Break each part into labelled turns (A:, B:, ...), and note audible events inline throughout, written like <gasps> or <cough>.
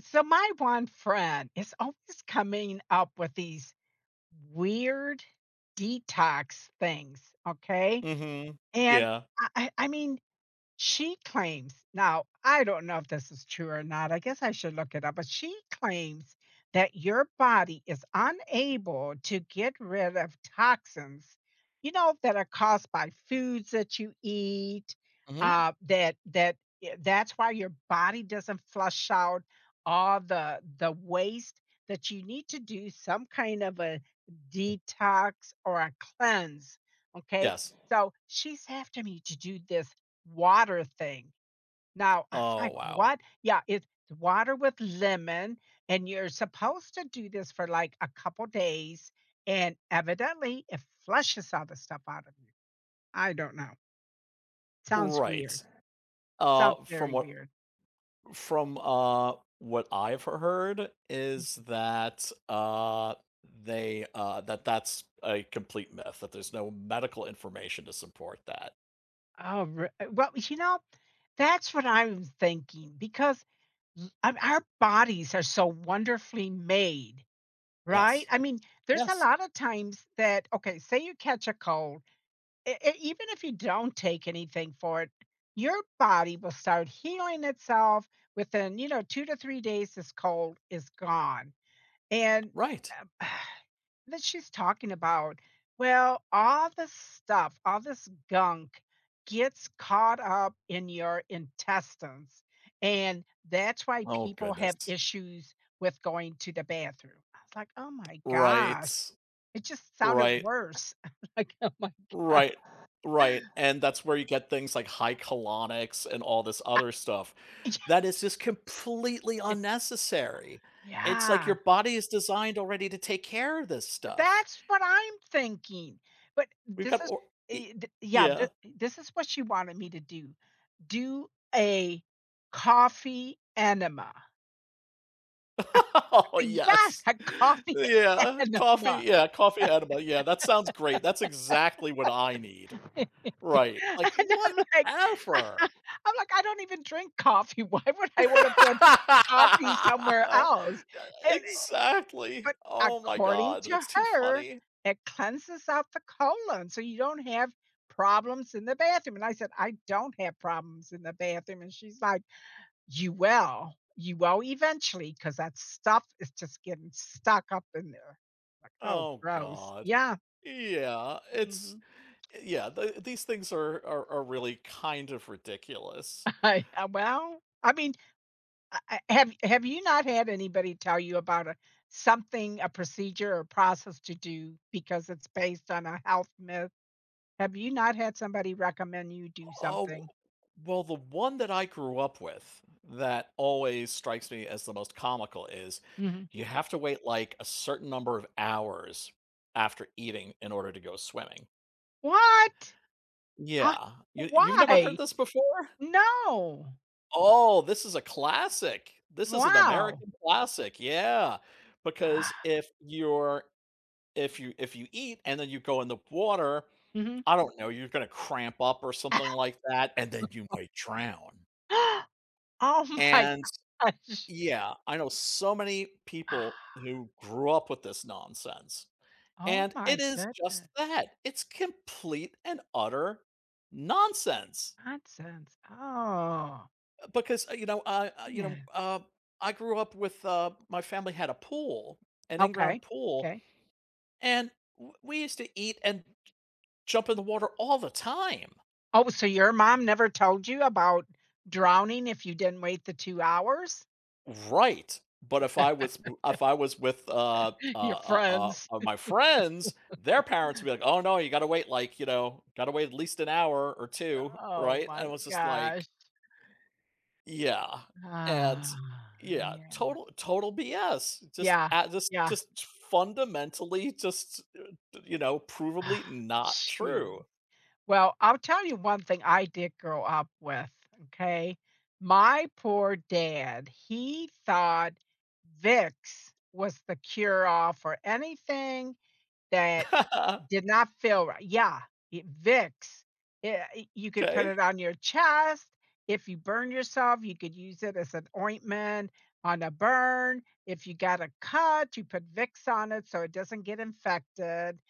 A: So my one friend is always coming up with these weird detox things, okay?
B: Mhm.
A: And
B: Yeah.
A: I mean she claims now, I don't know if this is true or not, I guess I should look it up, but she claims that your body is unable to get rid of toxins, you know, that are caused by foods that you eat,
B: Mhm.
A: uh, that that that's why your body doesn't flush out all the waste that you need to do some kind of a detox or a cleanse, okay?
B: Yes.
A: So, she's after me to do this water thing. Now, <laughs> I was
B: Oh,
A: like,
B: wow.
A: "What?" Yeah, it's water with lemon, and you're supposed to do this for, like, a couple days, and evidently, it flushes all the stuff out of you. I don't know. Sounds weird.
B: Right.
A: Sounds
B: From
A: very
B: what
A: weird.
B: from, uh, what I've heard is that, they, that's a complete myth, that there's no medical information to support that.
A: Oh, r Well, you know, that's what I am thinking because l our bodies are so wonderfully made, right?
B: Yes.
A: I mean, there's a
B: Yes.
A: lot of times that okay, say you catch a cold. E e Even if you don't take anything for it, your body will start healing itself within, you know, 2 to 3 days, this cold is gone, and,
B: Right.
A: um, <sighs> that she's talking about, well, all this stuff, all this gunk gets caught up in your intestines, and that's why
B: Oh,
A: people have
B: goodness.
A: issues with going to the bathroom. I was like, "Oh my gosh."
B: Right.
A: It just sounded
B: Right.
A: worse. <laughs> Like, "Oh my god."
B: Right. Right, and that's where you get things like high colonics and all this other stuff that is just completely
A: <laughs>
B: unnecessary. It's like your
A: Yeah,
B: body is designed already to take care of this stuff.
A: that's what I'm thinking. But
B: We've
A: this
B: got
A: is
B: or y
A: eh, th yeah,
B: yeah.
A: th this is what she wanted me to do. Do a coffee enema.
B: <laughs> Oh,
A: Yes,
B: yes.
A: a coffee <laughs>
B: Yeah, coffee
A: enema.
B: yeah, coffee enema, yeah, that sounds great. That's exactly what I need.
A: <laughs> And
B: Right, like,
A: I-
B: whatever.
A: I'm like, "I don't even drink coffee. <laughs> Why would I wanna put coffee somewhere
B: <laughs>
A: else?" Eh,
B: Exactly.
A: But
B: Oh my
A: according
B: god, that's
A: to
B: too
A: her,
B: funny.
A: it cleanses out the colon, so you don't have problems in the bathroom, and I said, "I don't have problems in the bathroom," and she's like, "You will. You will eventually, because that stuff is just getting stuck up in there." Like, "Oh,
B: Oh
A: gross."
B: god.
A: Yeah.
B: Yeah,
A: Mhm.
B: these things are really kind of ridiculous.
A: <laughs> I Well, I mean, I have you not had anybody tell you about a something, a procedure or process to do because it's based on a health myth? Have you not had somebody recommend you do
B: Oh,
A: something?
B: well, the one that I grew up with that always strikes me as the most comical is
A: Mhm.
B: you have to wait like a certain number of hours after eating in order to go swimming.
A: What? Ah,
B: Yeah. You've never heard
A: why?
B: this before?
A: No.
B: Oh, this is a classic. This is an <laughs>
A: Wow.
B: American classic, yeah, because if you eat and then you go in the water,
A: Mhm.
B: I don't know, you're gonna cramp up or something
A: <laughs>
B: like that, and then you might drown,
A: <gasps> Oh my
B: and
A: gosh.
B: yeah, I know so many people
A: <sighs>
B: who grew up with this nonsense,
A: Oh
B: and it
A: my
B: is just
A: goodness.
B: that. It's complete and utter nonsense.
A: Nonsense. Oh,
B: Because
A: yeah.
B: I grew up with my family had a pool, an in-ground
A: Okay.
B: pool,
A: Okay.
B: and we used to eat and jump in the water all the time.
A: Oh, so your mom never told you about drowning if you didn't wait the 2 hours?
B: Right. But if I was with
A: <laughs> Your friends.
B: my
A: <laughs>
B: friends, their parents would be like, "Oh no, you got to wait like you know, got to wait at least an hour or two,
A: Oh
B: right?" And it
A: my
B: was just
A: gosh.
B: like, yeah, and
A: Ah,
B: yeah,
A: yeah.
B: total BS.
A: Yeah,
B: Just
A: yeah.
B: just fundamentally just, you know,
A: <sighs>
B: provably not
A: Gee.
B: true.
A: Well, I'll tell you one thing I did grow up with, okay? My poor dad, he thought Vicks was the cure all for anything that
B: <laughs>
A: did not feel right. Yeah, I Vicks. Yeah, y You could put
B: Okay.
A: it on your chest. If you burn yourself, you could use it as an ointment on a burn. If you got a cut, you put Vicks on it so it doesn't get infected.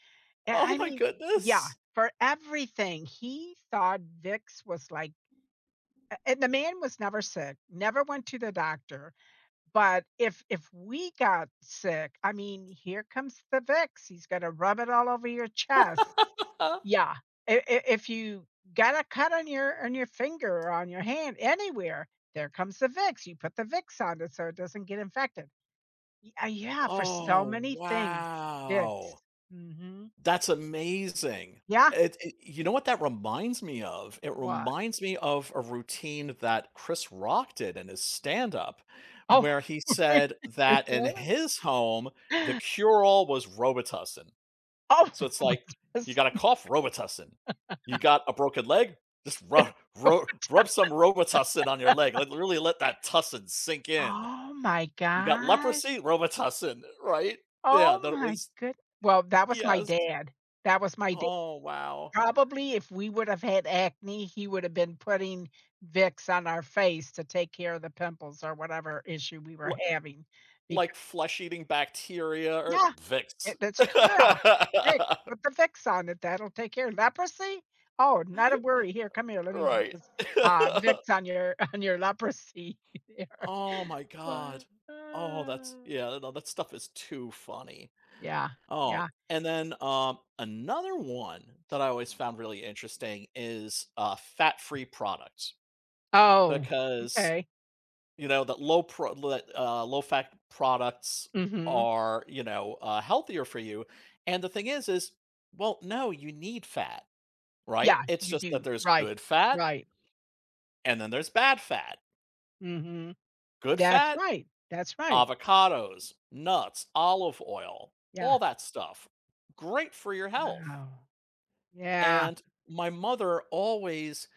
A: Yeah,
B: Oh
A: I
B: my
A: mean, yeah,
B: goodness.
A: for everything. He thought Vicks was like and the man was never sick, never went to the doctor, but if we got sick, I mean, here comes the Vicks, he's gonna rub it all over your chest.
B: <laughs>
A: Yeah, I if you got a cut on your finger or on your hand, anywhere, there comes the Vicks, you put the Vicks on it so it doesn't get infected. Y Yeah, for
B: Oh,
A: so many things,
B: wow.
A: Vicks. Mhm.
B: That's amazing.
A: Yeah.
B: It you know what that reminds me of? It
A: What?
B: reminds me of a routine that Chris Rock did in his stand-up,
A: Oh,
B: where he
A: <laughs>
B: said that in
A: really?
B: his home, the cure-all was Robitussin.
A: Oh,
B: So it's like,
A: <laughs>
B: you
A: that's
B: got a cough, Robitussin. You got a broken leg? Just rub
A: so
B: rub rub some Robitussin on your
A: bad.
B: leg, like, really let that tussin sink in.
A: Oh my
B: You got
A: gosh.
B: leprosy? Robitussin, right? Yeah,
A: Oh
B: that
A: my
B: was
A: good well, that was my
B: yes.
A: dad. That was my dad.
B: Oh, wow.
A: Probably if we would have had acne, he would have been putting Vicks on our face to take care of the pimples or whatever issue we were having. Because
B: Like flesh-eating bacteria or
A: yeah.
B: Vicks.
A: It that's a cure-all. Good,
B: <laughs>
A: put the Vicks on it, that'll take care leprosy? Oh, not a worry, here, come here, let me put
B: Right.
A: this, Vicks
B: <laughs>
A: on your <laughs> on your leprosy <laughs> there.
B: Oh my god.
A: But,
B: Oh, that's
A: uh,
B: yeah, no, that stuff is too funny.
A: yeah, yeah.
B: Oh, and then, another one that I always found really interesting is, fat-free products
A: Oh,
B: because,
A: okay.
B: you know, that low pro that, low-fat products
A: Mhm.
B: are, you know, healthier for you, and the thing is, well, no, you need fat. Right?
A: Yeah,
B: It's
A: you
B: just that
A: do,
B: there's
A: right,
B: good fat
A: right.
B: and then there's bad fat.
A: Mhm.
B: Good
A: That's
B: fat,
A: right, that's right.
B: avocados, nuts, olive oil, all
A: Yeah.
B: that stuff. Great for your health.
A: Wow. Yeah.
B: And my mother always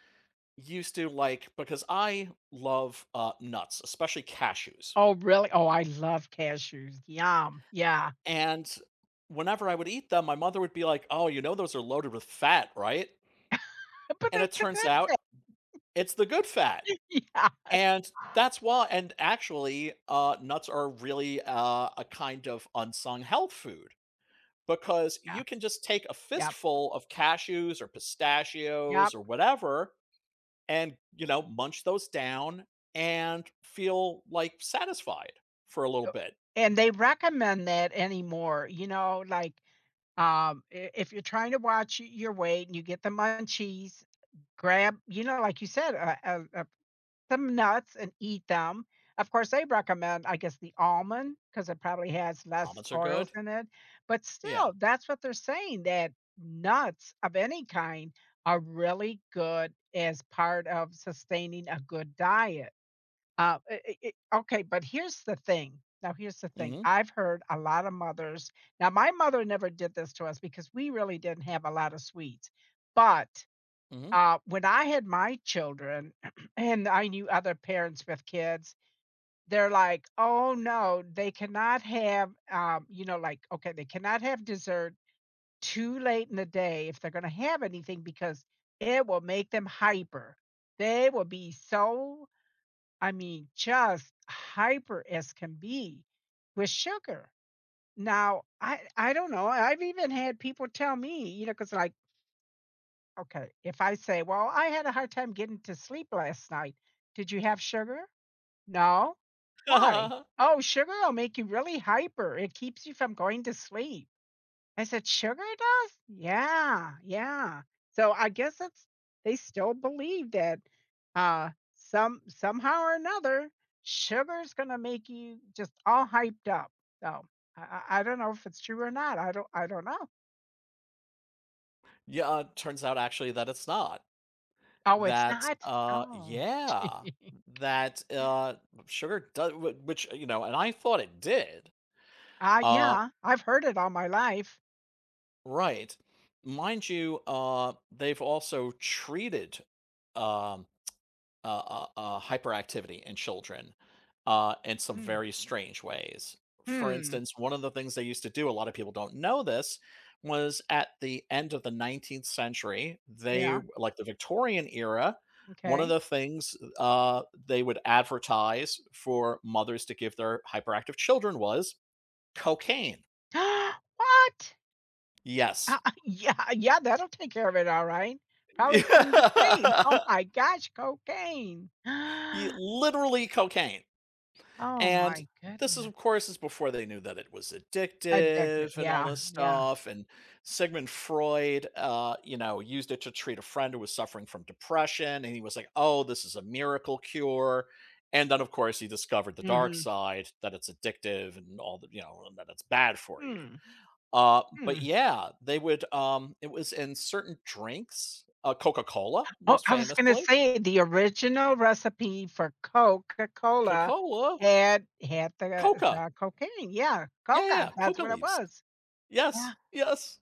B: used to like because I love nuts, especially cashews.
A: Oh, really? Oh, I love cashews, yum, yeah.
B: And whenever I would eat them, my mother would be like, "Oh, you know those are loaded with fat, right?"
A: <laughs> But
B: And it
A: that's a
B: turns
A: good
B: out
A: thing.
B: it's the good fat.
A: <laughs> Yeah.
B: And that's why and actually, nuts are really, a kind of unsung health food because
A: Yeah,
B: you can just take a
A: yep.
B: fistful of cashews or pistachios
A: Yep,
B: or whatever and, you know, munch those down and feel, like, satisfied for a little bit.
A: and they recommend that anymore, you know, like, I if you're trying to watch y your weight and you get the munchies, grab you know, like you said, some nuts and eat them. Of course, they recommend, I guess, the almond because it probably has less
B: Almonds are
A: oils
B: good.
A: in it, but
B: Yeah.
A: still, that's what they're saying, that nuts of any kind are really good as part of sustaining a good diet. I it okay, but here's the thing. Now here's the thing.
B: Mhm,
A: I've heard a lot of mothers now my mother never did this to us because we really didn't have a lot of sweets, but,
B: mhm.
A: when I had my children <clears throat> and I knew other parents with kids, they're like, "Oh, no, they cannot have" you know, like, okay, they cannot have dessert too late in the day if they're gonna have anything because it will make them hyper. They will be so I mean, just hyper as can be with sugar. Now, I don't know. I've even had people tell me, you know, 'cause like, okay, if I say, "Well, I had a hard time getting to sleep last night. Did you have sugar?" "No." "Why?"
B: <laughs>
A: "Oh, sugar will make you really hyper. It keeps you from going to sleep." I said, "Sugar does?" "Yeah, yeah." So, I guess that's they still believe that, some somehow or another, sugar's gonna make you just all hyped up. So, I I don't know if it's true or not. I don't know.
B: Yeah, turns out actually that it's not.
A: Oh, it's
B: That,
A: not?
B: uh,
A: Oh, <laughs>
B: yeah,
A: gee.
B: that sugar does wh which, you know, and I thought it did,
A: Ah,
B: uh,
A: yeah. I've heard it all my life.
B: right. Mind you, they've also treated, um, hyperactivity in children in some
A: Mm.
B: very strange ways. For
A: Hmm.
B: instance, one of the things they used to do, a lot of people don't know this, was at the end of the 19th century, they,
A: Yeah.
B: like the Victorian era, one of
A: Okay.
B: the things they would advertise for mothers to give their hyperactive children was cocaine.
A: <gasps> What?
B: Yes.
A: <laughs> Yeah, yeah, that'll take care of it, alright. Probably put him to sleep. <laughs> Oh
B: <laughs>
A: my gosh, cocaine. <gasps>
B: Literally cocaine.
A: Oh
B: And
A: my
B: this is, of
A: goodness.
B: course, is before they knew that it was
A: Addicted,
B: addictive and all
A: yeah,
B: this
A: yeah.
B: stuff. And Sigmund Freud, used it to treat a friend who was suffering from depression, and he was like, "Oh, this is a miracle cure." And then, of course, he discovered the dark
A: Mhm.
B: side that it's addictive and all the, and that it's bad for you.
A: Hmm,
B: But
A: hmm.
B: yeah, they would. It was in certain drinks, Coca Cola,
A: Oh,
B: most
A: I was gonna
B: famously,
A: say the original recipe for
B: Coca
A: Coca-Cola
B: Cola,
A: had the
B: Coca,
A: the cocaine, yeah,
B: yeah, yeah,
A: coca,
B: yeah,
A: that's
B: Coca
A: what it
B: leaves.
A: was.
B: Yes,
A: Yeah,
B: yes.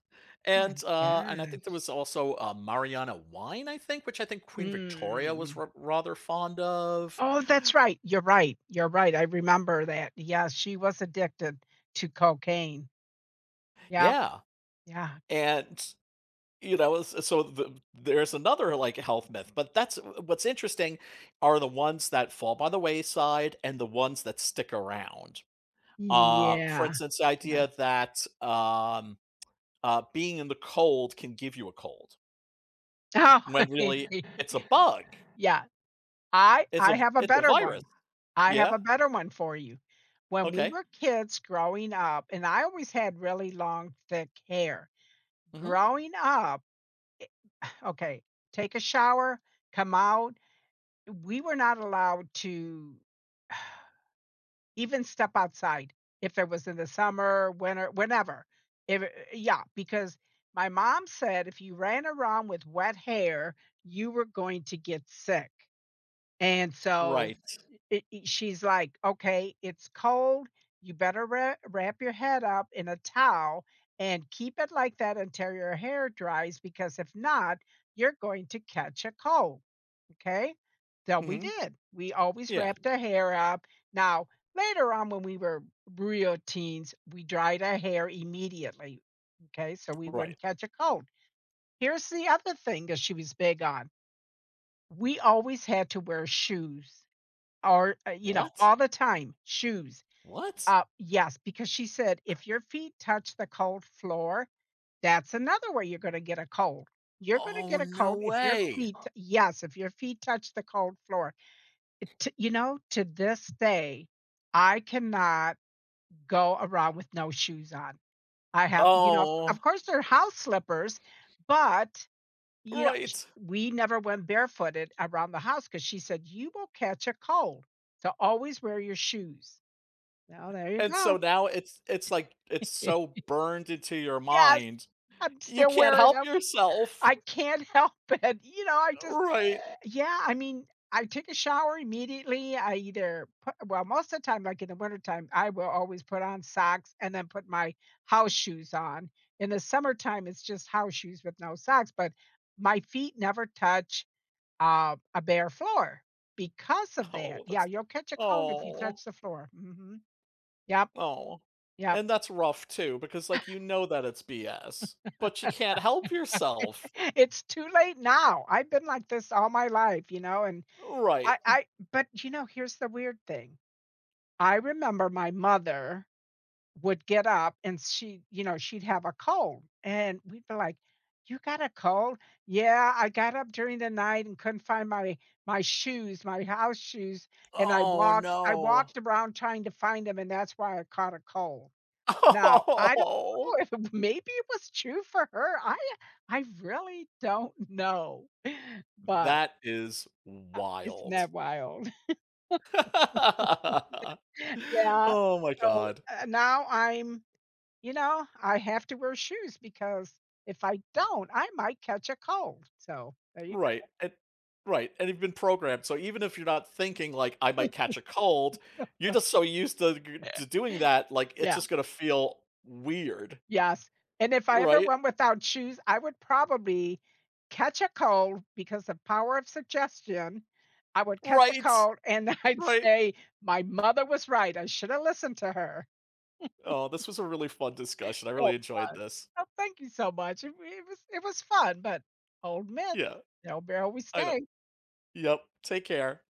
A: my
B: And I think there
A: gosh.
B: was also, Mariana wine, I think, which I think Queen Victoria was
A: Mm.
B: r rather fond of.
A: Oh, that's right. You're right, you're right. I remember that. Yeah, she was addicted to cocaine. Yep,
B: Yeah,
A: yeah.
B: and, s so there's another, like, health myth, but that's what's interesting are the ones that fall by the wayside and the ones that stick around. For
A: Yeah,
B: instance, the
A: yeah.
B: idea that, being in the cold can give you a cold,
A: Oh,
B: when really
A: <laughs>
B: it's a bug.
A: yeah.
B: It's
A: I
B: a
A: have a
B: it's a
A: better one.
B: virus.
A: I have
B: Yeah?
A: a better one for you. When we
B: Okay.
A: were kids growing up and I always had really long, thick hair.
B: Mhm.
A: Growing up okay, take a shower, come out, we were not allowed to <sighs> even step outside, if it was in the summer, winter, whenever. If Yeah, because my mom said if you ran around with wet hair, you were going to get sick, and so
B: Right.
A: it she's like, "Okay, it's cold, you better wrap your head up in a towel and keep it like that until your hair dries, because if not, you're going to catch a cold." Okay? So we
B: Mhm.
A: did. We always
B: Yeah.
A: wrapped our hair up. Now, later on when we were real teens, we dried our hair immediately, okay, so we
B: Right.
A: wouldn't catch a cold. Here's the other thing that she was big on. We always had to wear shoes. Or, you know,
B: What?
A: all the time, shoes.
B: What?
A: Yes, because she said, "If your feet touch the cold floor, that's another way you're gonna get a cold. You're gonna
B: Oh,
A: get a
B: no
A: cold if your
B: way.
A: feet" Yes, "if your feet touch the cold floor." T You know, to this day, I cannot go around with no shoes on. I have you know, of
B: Oh,
A: course, they're house slippers, but, you know, sh
B: right.
A: we never went barefooted around the house because she said, "You will catch a cold, so always wear your shoes." Oh, there you
B: And so
A: go.
B: now it's like it's
A: <laughs>
B: so burned into your
A: Yes,
B: mind,
A: I'm
B: you
A: still
B: can't
A: wearing
B: help
A: 'em.
B: yourself.
A: I am still wearing them. I can not <laughs> help it. You know, I just
B: Right.
A: yeah, I mean, I take a shower immediately. I either put well, most of the time, like in the wintertime, I will always put on socks and then put my house shoes on. In the summertime, it's just house shoes with no socks, but my feet never touch, a bare floor because of that.
B: Oh,
A: Yeah, you'll catch a cold if you
B: Oh,
A: touch the floor. Mhm. Yep,
B: oh,
A: yep.
B: And that's rough too, because like you know that it's BS, but you can't help yourself.
A: It's too late now. I've been like this all my life, you know, and
B: Right.
A: I but, you know, here's the weird thing. I remember my mother would get up and she, you know, she'd have a cold, and we'd be like, "You got a cold?" "Yeah, I got up during the night and couldn't find my shoes, my house shoes, and
B: Oh,
A: I
B: no.
A: walked around trying to find them, and that's why I caught a cold."
B: <laughs>
A: Now, I don't
B: Oh.
A: know if <laughs> maybe it was true for her. I really don't know. But,
B: That is wild.
A: isn't wild?
B: <laughs>
A: <laughs> Yeah,
B: Oh my
A: so,
B: god.
A: now I'm you know, I have to wear shoes because if I don't, I might catch a cold, so there you
B: Right, and right, and you've been programmed, so even if you're not thinking, like, "I might catch a cold," you're just so used to g
A: go. <laughs>
B: to doing that, like, it's
A: Yeah,
B: just gonna feel weird,
A: yes, and if I ever
B: right?
A: went without shoes, I would probably catch a cold because of power of suggestion, I would catch a
B: Right,
A: cold and <laughs> I'd
B: right.
A: say, "My mother was right, I shoulda listened to her."
B: Oh, this was a really fun discussion, I
A: It
B: really enjoyed
A: was.
B: this.
A: Oh, thank you so much. It was fun, but old myth,
B: Yeah,
A: you know, where we
B: I know.
A: stay.
B: Yep, take care.